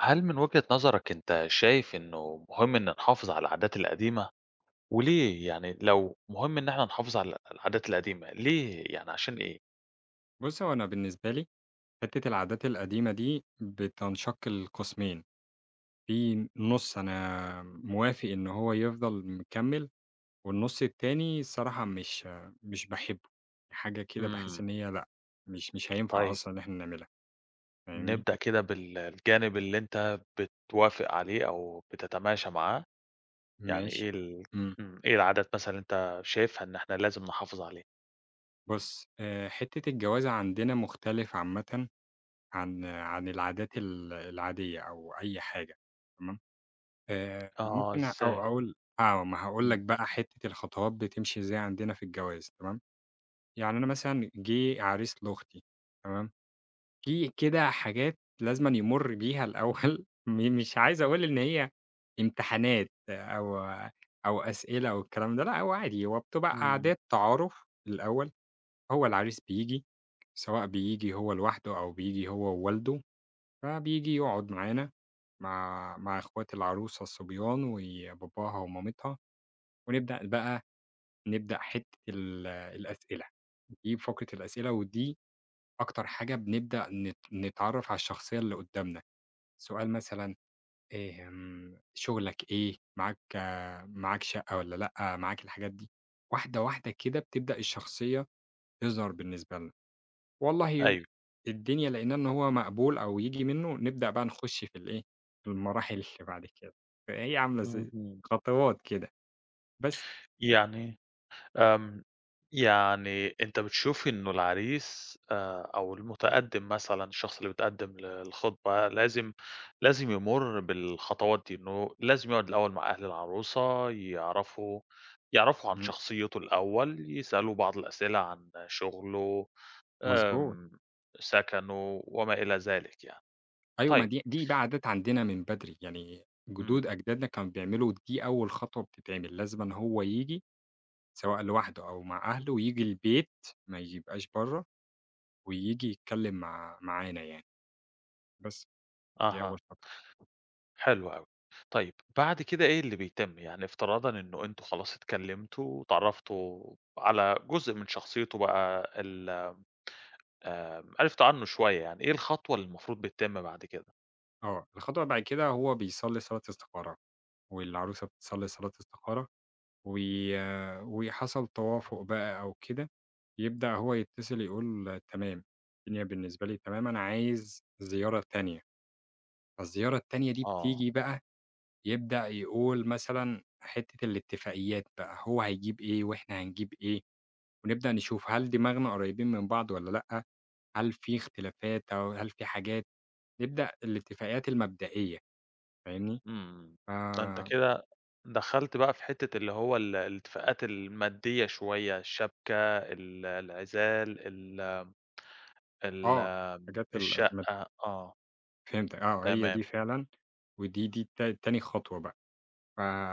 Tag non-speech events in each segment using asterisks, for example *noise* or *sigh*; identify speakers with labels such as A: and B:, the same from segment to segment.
A: هل من وجهة نظرك أنت شايف إنه مهم إن نحافظ على العادات القديمة؟ وليه؟ يعني لو مهم إن إحنا نحافظ على العادات القديمة، ليه؟ يعني عشان إيه؟
B: بُصّي، هو أنا بالنسبة لي حتّة العادات القديمة دي بتنشق لقسمين، في نُص أنا موافق إن هو يفضل مكمّل، والنُص التاني الصراحة مش باحبّه، حاجة كده باحس
A: إمم،
B: إن هي لأ، مش هينفع
A: طيب
B: أصلًا إن إحنا نعملها، فاهمني؟
A: نبدأ كده الجانب اللي أنت بتوافق عليه أو بتتماشى معاه، يعني
B: ماشي.
A: إيه
B: إمم،
A: إمم، إيه العادات مثلًا أنت شايفها إن إحنا لازم نحافظ عليها؟
B: بُص، حتّة الجواز عندنا مختلف عامةً عن العادات العادية أو أي حاجة، تمام؟
A: آه،
B: ممكن أو
A: إزاي؟
B: أقول آه، ما هاقول لك
A: إمم،
B: بقى حتّة الخطوات بتمشي إزاي عندنا في الجواز تمام، يعني أنا مثلًا جِه عريس لأختي تمام، في كده حاجات لازمًا يمُر بيها الأول *laughs* مش عايز أقول إن هي امتحانات أو أسئلة أو الكلام ده، لأ هو عادي هو بتبقى
A: إمم،
B: قعدات تعارُف الأول، هو العريس بييجي، سواء بييجي هو لوحده أو بييجي هو ووالده، فبييجي يقعد معانا مع إخوات العروسة الصبيان وباباها ومامتها، ونبدأ بقى نبدأ حتّة الأسئلة، دي فقرة الأسئلة ودي أكتر حاجة بنبدأ نتعرّف على الشخصية اللي قدّامنا، سؤال مثلًا شغلك إيه؟ معاك شقة والّا لأ؟ معاك الحاجات دي، واحدة واحدة كده بتبدأ الشخصية تظهر بالنسبة لنا. والله
A: أيوه،
B: الدنيا لقيناه إن هو مقبول أو ييجي منّه، نبدأ بقى نخُش في الإيه، في المراحل *laughs* اللي بعد كده، فهي عاملة زي
A: اهم،
B: خطوات كده، بس.
A: يعني آمم، يعني أنتِ بتشوفي إنه العريس أو المتقدّم مثلًا، الشخص اللي بيتقدّم للخطبة لازم يمُر بالخطوات دي، إنه لازم يقعد الأول مع أهل العروسة، يعرفوا عن
B: إمم،
A: شخصيته الأول، يسألوه بعض الأسئلة عن شُغله،
B: مضبوط.
A: آمم، سكنه وما إلى ذلك يعني.
B: أيوه، ما
A: طيب،
B: دي بقى عادات عندنا من بدري، يعني
A: إمم،
B: جدود أجدادنا كانوا بيعملوا دي أول خطوة بتتعمل، لازمًا هو ييجي سواء لوحده أو مع أهله، وييجي البيت ما يبقاش برّه، وييجي يتكلّم معانا يعني، بس دي
A: أها.
B: أول خطوة.
A: حلو أوي. طيب بعد كده إيه اللي بيتم؟ يعني افتراضًا إنه أنتم خلاص اتكلمتوا واتعرّفتوا على جزء من شخصيته بقى ال آمم، عرفتوا عنه شوية يعني، إيه الخطوة اللي المفروض بتتم بعد كده؟
B: آه، الخطوة بعد كده هو بيصلّي صلاة استخارة، والعروسة بتصلّي صلاة استخارة. وي وحصل توافق بقى أو كده، يبدأ هو يتصل يقول تمام، الدنيا بالنسبة لي تمام، أنا عايز زيارة تانية، فالزيارة التانية دي
A: آه،
B: بتيجي بقى يبدأ يقول مثلًا حتّة الاتفاقيات بقى، هو هيجيب إيه وإحنا هنجيب إيه، ونبدأ نشوف هل دماغنا قريبين من بعض والّا لأ، هل في اختلافات أو هل في حاجات، نبدأ الاتفاقيات المبدئية فاهمني؟
A: إمم.
B: ف
A: ده أنت كده دخلت بقى في حتة اللي هو الاتفاقات المادية شوية، الشبكة، العزال، ال ال
B: آه،
A: آمم،
B: حاجات ال مب
A: الشقة، آه،
B: فهمتك، آه هي
A: تمام.
B: دي فعلًا، ودي دي تا تاني خطوة بقى.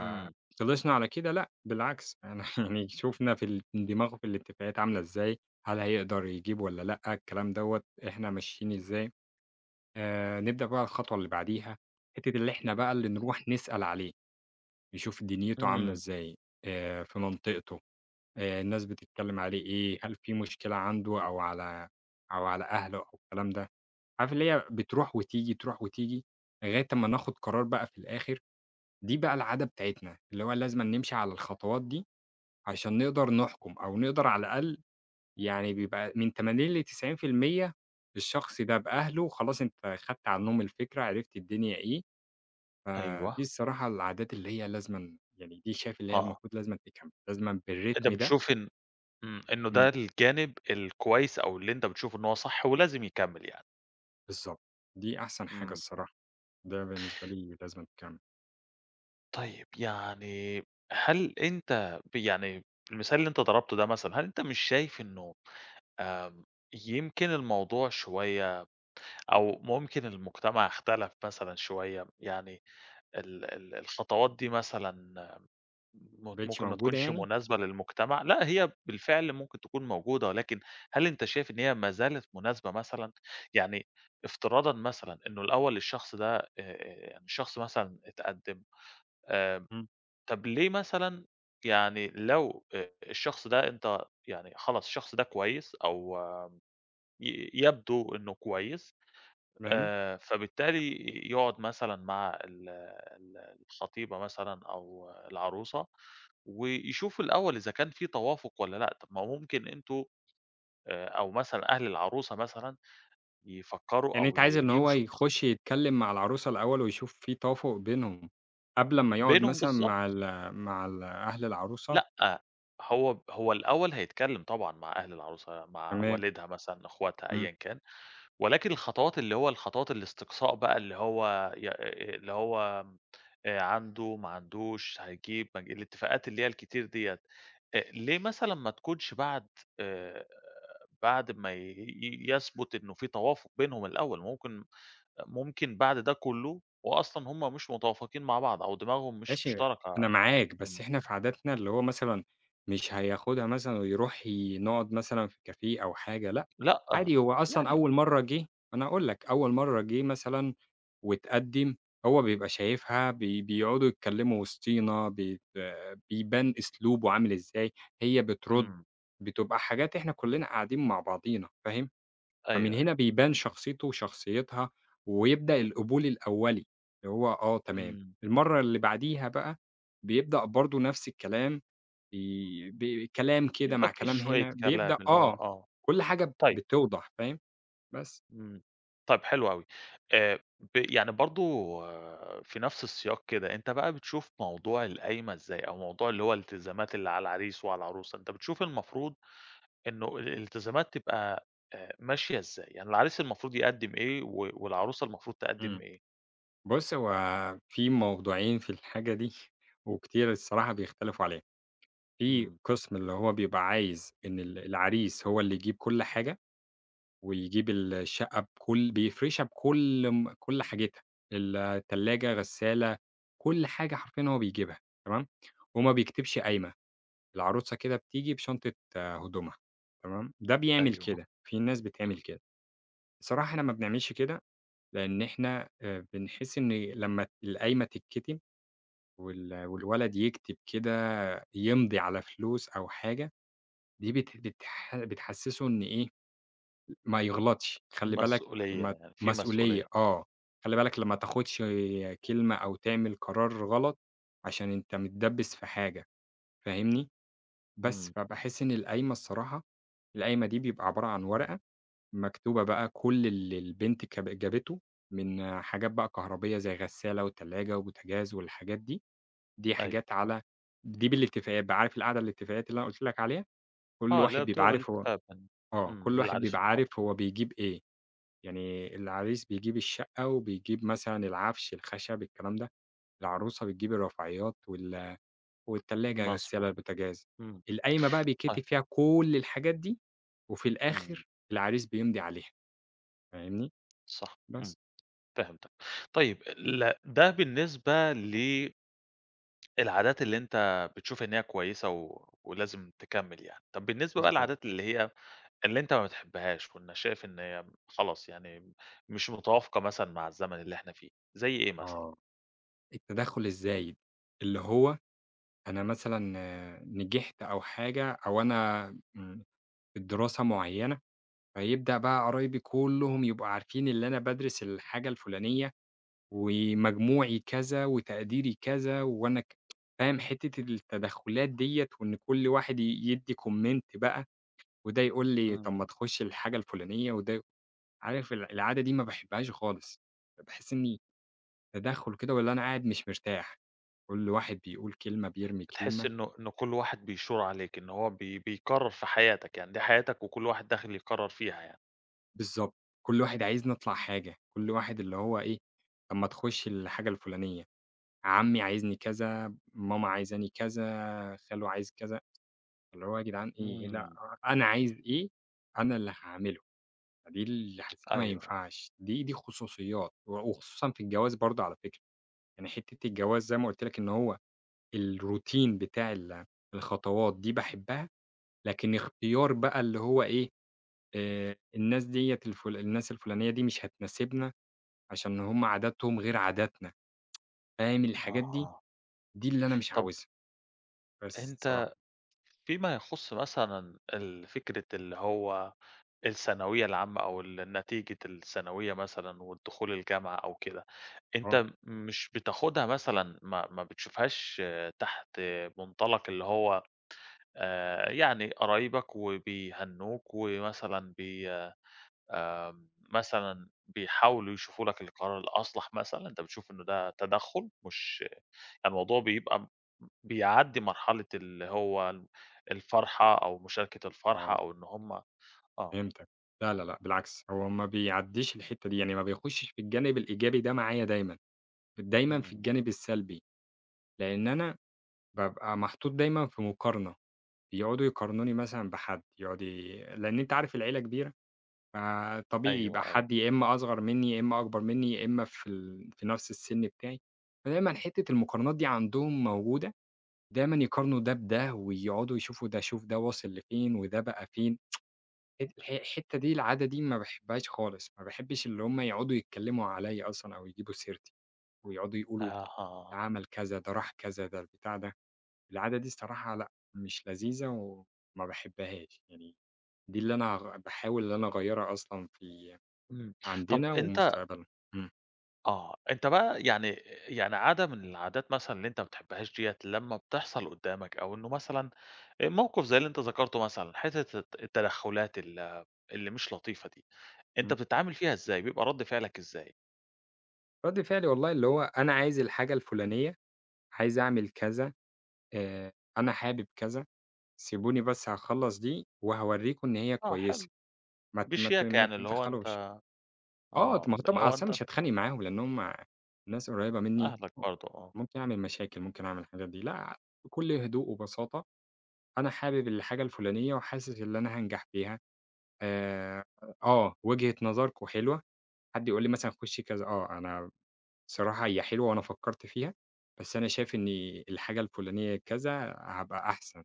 A: إمم،
B: على كده لأ، بالعكس يعني *laughs* يعني شُفنا في دماغه في الاتفاقيات عاملة إزاي، هل هيقدر يجيب والّا لأ، الكلام دوّة، إحنا ماشيين إزاي، نبدأ بقى الخطوة اللي بعديها، حتّة اللي إحنا بقى اللي نروح نسأل عليه، نشوف دنيته عاملة
A: إمم،
B: إزاي، في منطقته، الناس بتتكلم عليه إيه، هل في مشكلة عنده أو على أهله أو الكلام ده، عارف اللي هي بتروح وتيجي، تروح وتيجي، لغاية أمّا ناخد قرار بقى في الآخر دي بقى العادة بتاعتنا، اللي هو لازمًا نمشي على الخطوات دي عشان نقدر نحكم، أو نقدر على الأقل يعني بيبقى من 80 ل90% الشخص ده بأهله خلاص أنت خدت عنهم الفكرة، عرفت الدنيا إيه، فدي
A: أيوه،
B: الصراحة العادات اللي هي لازمًا يعني دي شايف اللي هي
A: آه.
B: المفروض لازمًا تكمل، لازمًا
A: أنت
B: بالريتم ده
A: بتشوف إن إنه
B: إمم،
A: ده الجانب الكويس أو اللي أنت بتشوف إن هو صح ولازم يكمّل يعني.
B: بالضبط، دي أحسن حاجة
A: إمم.
B: الصراحة، ده بالنسبة لي لازمًا تكمل،
A: طيب يعني هل أنت يعني المثال اللي أنت ضربته ده مثلًا، هل أنت مش شايف إنه آمم، يمكن الموضوع شوية أو ممكن المجتمع اختلف مثلًا شوية؟ يعني ال ال الخطوات دي مثلًا
B: ما بقتش
A: ممكن ما
B: موجودة
A: تكونش
B: يعني؟
A: مناسبة للمجتمع، لأ هي بالفعل ممكن تكون موجودة، ولكن هل أنت شايف إن هي ما زالت مناسبة مثلًا؟ يعني افتراضًا مثلًا إنه الأول الشخص ده يعني الشخص مثلًا اتقدم آآ،
B: إمم،
A: طب ليه مثلًا يعني لو الشخص ده أنت يعني خلاص الشخص ده كويس أو آه، يبدو إنه كويس
B: تمام.
A: فبالتالي يقعد مثلًا مع ال ال الخطيبة مثلًا أو العروسة، ويشوفوا الأول إذا كان في توافق والّا لأ، طب ما هو ممكن أنتم أو مثلًا أهل العروسة مثلًا يفكّروا
B: يعني
A: أو
B: أنت عايز إن هو
A: يمشوا بخط
B: يخُش يتكلّم مع العروسة الأول ويشوف في توافُق بينهم، قبل أمّا يقعد
A: بينهم
B: مثلًا مع
A: بالضبط،
B: ال مع ال أهل العروسة؟
A: لأ، هو الأول هيتكلم طبعًا مع أهل العروسة، مع
B: تمام،
A: والدها مثلًا، أخواتها،
B: إمم.
A: أيًا كان. ولكن الخطوات اللي هو الخطوات الاستقصاء بقى اللي هو ي اللي هو م عنده، ما عندوش، هيجيب ما يج الاتفاقات اللي هي الكتير ديّة، ليه مثلًا ما تكونش بعد آآ بعد ما ي ي يثبت إنه في توافق بينهم الأول، ممكن بعد ده كله وأصلًا هم مش متوافقين مع بعض أو دماغهم مش
B: ماشي، أنا
A: مشتركة،
B: معاك، بس
A: إمم،
B: إحنا في عاداتنا اللي هو مثلًا مش هياخدها مثلًا ويروح نقعد مثلًا في كافيه أو حاجة، لأ،
A: لأ،
B: عادي هو أصلًا
A: يعني
B: أول مرّة جِه أنا هاقول لك، أول مرّة جِه مثلًا واتقدّم، هو بيبقى شايفها بيقعدوا يتكلّموا وسطينا، بيبان أسلوبه عامل إزاي، هي بترُد،
A: إمم،
B: بتبقى حاجات إحنا كُلّنا قاعدين مع بعضينا، فاهم؟ فمن
A: أيوه، أيوه،
B: هنا بيبان شخصيته وشخصيتها، ويبدأ القبول الأولي، اللي هو آه تمام،
A: إمم،
B: المرّة اللي بعديها بقى بيبدأ برضه نفس الكلام، ي ب كلام كده
A: يبقى
B: مع
A: في
B: كلام
A: شوية
B: هنا،
A: كلام
B: بيبدأ
A: اللي هو
B: آه،
A: آه،
B: كل حاجة
A: طيب.
B: بتوضح فاهم؟ بس.
A: إمم. طيب حلو أوي. يعني برضه في نفس السياق كده، أنت بقى بتشوف موضوع القايمة إزاي؟ أو موضوع اللي هو الالتزامات اللي على العريس وعلى العروسة، أنت بتشوف المفروض إنه الالتزامات تبقى ماشية إزاي؟ يعني العريس المفروض يقدّم إيه والعروسة المفروض تقدّم
B: إمم.
A: إيه؟
B: بُص، هو في موضوعين في الحاجة دي *laughs* وكتير الصراحة بيختلفوا عليها، في
A: إمم.
B: قسم اللي هو بيبقى عايز إن العريس هو اللي يجيب كل حاجة ويجيب الشقة بيفرشها بكل م كل حاجتها، التلاجة، غسالة، كل حاجة حرفيًا هو بيجيبها تمام، وما بيكتبش قايمة، العروسة كده بتيجي بشنطة آه، هدومها تمام، ده بيعمل
A: أيوه.
B: كده، في ناس بتعمل
A: إمم.
B: كده، بصراحة إحنا ما بنعملش كده، لإن إحنا بنحس إن لمّا القايمة تتكتب والولد يكتب كده يمضي على فلوس أو حاجة، دي بت بتح بتحسسه إن إيه ما يغلطش، خلّي بالك
A: مسؤولية
B: ما
A: يعني، في
B: مسؤولية
A: مسؤولية.
B: آه، خلّي بالك لما تاخدش كلمة أو تعمل قرار غلط، عشان أنت متدبّس في حاجة، فاهمني؟ بس،
A: إمم.
B: فباحس إن القايمة الصراحة، القايمة دي بيبقى عبارة عن ورقة مكتوبة بقى كل اللي البنت جابته من حاجات بقى كهربية زي غسالة وتلاجة وبوتاجاز والحاجات دي، دي
A: أيوه.
B: حاجات على دي بالاتفاقات بقى، عارف القعدة الاتفاقات اللي أنا قُلت لك عليها؟ كل
A: آه، اللي
B: واحد
A: هي
B: بيبقى
A: بتبقى
B: عارف هو
A: بالاتفاق بين
B: كل واحد
A: للعريس
B: بيبقى عارف
A: والعروسة.
B: هو بيجيب إيه. يعني العريس بيجيب الشقة وبيجيب مثلًا العفش، الخشب، الكلام ده، العروسة بتجيب الرفاعيات والتلاجة، غسالة،
A: مضبوط.
B: البوتاجاز.
A: إمم.
B: القايمة بقى
A: طيب.
B: بيتكتب فيها كل الحاجات دي، وفي
A: إمم.
B: الآخر العريس بيمضي عليها، فاهمني؟
A: صح. إمم.
B: بس.
A: فهمتك. طيب ده بالنسبة للعادات اللي أنت بتشوف إن هي كويسة ولازم تكمّل يعني. طب بالنسبة بقى
B: مضبوط.
A: للعادات اللي أنت ما بتحبهاش وإن شايف إن هي خلاص يعني مش متوافقة مثلًا مع الزمن اللي إحنا فيه، زي إيه مثلًا؟
B: آه. التدخُّل الزايد، اللي هو أنا مثلًا آه، نجحت أو حاجة أو أنا امم، في الدراسة معيّنة، فيبدأ بقى قرايبي كلّهم يبقوا عارفين اللي أنا بادرس الحاجة الفلانية ومجموعي كذا وتقديري كذا وأنا ك فاهم حتّة التدخُّلات ديّة وإن كل واحد يدّي comment بقى وده يقول لي طب ما
A: إمم.
B: تخُش الحاجة الفُلانية وده عارف العادة دي ما باحبهاش خالص، باحس إني تدخُّل كده والّا أنا قاعد مش مرتاح، كل واحد بيقول كلمة، بيرمي
A: بتحس
B: كلمة
A: إنه كل واحد بيشور عليك، إن هو بيكرّر في حياتك، يعني دي حياتك وكل واحد داخل يكرّر فيها يعني.
B: بالضبط، كل واحد عايزني أطلع حاجة، كل واحد اللي هو إيه، طب ما تخُش الحاجة الفُلانية، عمي عايزني كذا، ماما عايزاني كذا، خاله عايز كذا. اللي هو يا جدعان إيه، لأ
A: إمم.
B: أنا عايز إيه، أنا اللي هاعمله، فدي اللي حسيتها ما
A: أيوه،
B: ينفعش، دي خصوصيات، وخصوصًا في الجواز برضه على فكرة، يعني حتة الجواز زي ما قُلت لك إن هو الروتين بتاع الخطوات دي باحبها، لكن اختيار بقى اللي هو إيه، الناس الفلانية دي مش هتناسبنا عشان هم عاداتهم غير عاداتنا، فاهم الحاجات دي،
A: أها.
B: دي اللي أنا مش
A: طب
B: عاوزها، بس
A: أنت
B: الصراحة.
A: فيما يخُص مثلًا فكرة اللي هو الثانوية العامة أو نتيجة الثانوية مثلًا والدخول الجامعة أو كده،
B: آه،
A: أنت مش بتاخدها مثلًا ما بتشوفهاش آه، تحت منطلق اللي هو يعني قرايبك وبيهنّوك ومثلًا بي آه، مثلًا بيحاولوا يشوفوا لك القرار الأصلح مثلًا، أنت بتشوف إنه ده تدخُّل مش يعني الموضوع بيبقى بيعدّي مرحلة اللي هو الفرحة أو مشاركة الفرحة
B: آه.
A: أو إن هم آه،
B: فهمتك. لا، لا، لأ، بالعكس، هو ما بيعدّيش الحتّة دي، يعني ما بيخُشّش في الجانب الإيجابي ده معايا دايمًا، دايمًا في
A: إمم،
B: الجانب السلبي، لإن أنا بابقى محطوط دايمًا في مقارنة، بيقعدوا يقارنوني مثلًا بحد، يقعد ي لإن أنت عارف العيلة كبيرة، فطبيعي يبقى
A: أيوه، أيوه.
B: حد يا إمّا أصغر منّي، يا إمّا أكبر منّي، يا إمّا في نَفْس السِن بتاعي، فدايمًا حتّة المقارنات دي عندهم موجودة، دايمًا يقارنوا ده بده ويقعدوا يشوفوا ده شوف ده واصل لفين وده بقى فين. الحتّة دي العادة دي ما باحبهاش خالص، ما باحبش اللي هم يقعدوا يتكلّموا عليّا أصلًا أو يجيبوا سيرتي، ويقعدوا يقولوا ده
A: أها،
B: عمل كذا، ده راح كذا، ده البتاع ده، العادة دي الصراحة لأ، مش لذيذة وما باحبهاش، يعني دي اللي أنا باحاول إن أنا أغيّرها أصلًا في
A: إمم. طَب
B: عندنا
A: أنت
B: ومستقبلنا. إمم،
A: آه، أنت بقى يعني عادة من العادات مثلًا اللي أنت ما بتحبهاش ديّة لمّا بتحصل قدّامك أو إنه مثلًا موقف زي اللي أنت ذكرته مثلًا، حتّة التدخُّلات اللي مش لطيفة دي، أنت
B: إمم.
A: بتتعامل فيها إزاي، بيبقى رَد فعلك إزاي؟
B: رَد فعلي والله اللي هو أنا عايز الحاجة الفلانية، عايز أعمل كذا، أنا حابب كذا، سيبوني بس هاخلّص دي وهاورّيكم إن هي
A: آه
B: كويسة،
A: حلو،
B: ما ت ما ت
A: بشياكة
B: ما
A: يعني اللي هو أنت
B: تتدخّلوش. آه،
A: آه،
B: ما هو
A: اللي
B: طبعًا
A: هو
B: أصل أنا
A: أنت
B: مش هاتخانق معاهم، لأن هُم ناس قريبة منّي،
A: أهلك برضه آه،
B: ممكن أعمل مشاكل، ممكن أعمل الحاجات دي، لأ، بكل هدوء وبساطة أنا حابب الحاجة الفلانية وحاسس إن أنا هانجح فيها، آآ، آه، وجهة نظركم حلوة، حد يقول لي مثلًا خُشّي كذا، آه، أنا بصراحة هي حلوة وأنا فكّرت فيها، بس أنا شايف إن الحاجة الفلانية كذا هابقى أحسن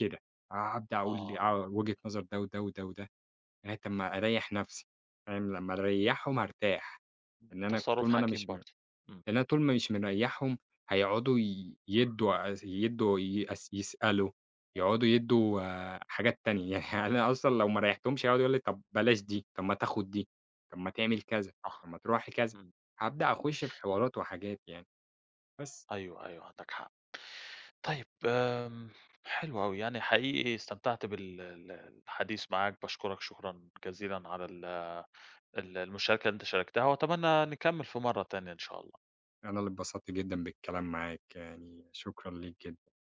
B: كده، هابدأ أقول لي
A: آه،
B: آه، وجهة نظر ده وده وده وده، يعني طَب ما أريّح نَفْسي، فاهم، لمّا أريّحهم هارتاح. إن أنا ك
A: تصرُّف
B: طول ما أنا
A: حكيم
B: مش م إن
A: برضه. إمم،
B: أنا طول ما مش مريّحهم هيقعدوا ي يدّوا أس يدّوا ي أس يسألوا، يقعدوا يدّوا آه، حاجات تانية، *laughs* يعني أنا أصلًا لو ما ريّحتهمش هيقعدوا يقولوا لي طب بلاش دي، طب ما تاخد دي، طب ما تعمل كذا،
A: صح،
B: طب ما تروح كذا،
A: إمم.
B: هابدأ أخُش في حوارات وحاجات يعني، بس.
A: أيوه، أيوه، عندك حق. طيب حلو أوي، يعني حقيقي استمتعت بال الحديث معاك، باشكرك شكرًا جزيلًا على ال المشاركة اللي أنت شاركتها، وأتمنى نكمّل في مرّة تانية إن شاء الله.
B: أنا اللي اتبسطت جدًا بالكلام معاك، يعني شكرًا ليك جدًا.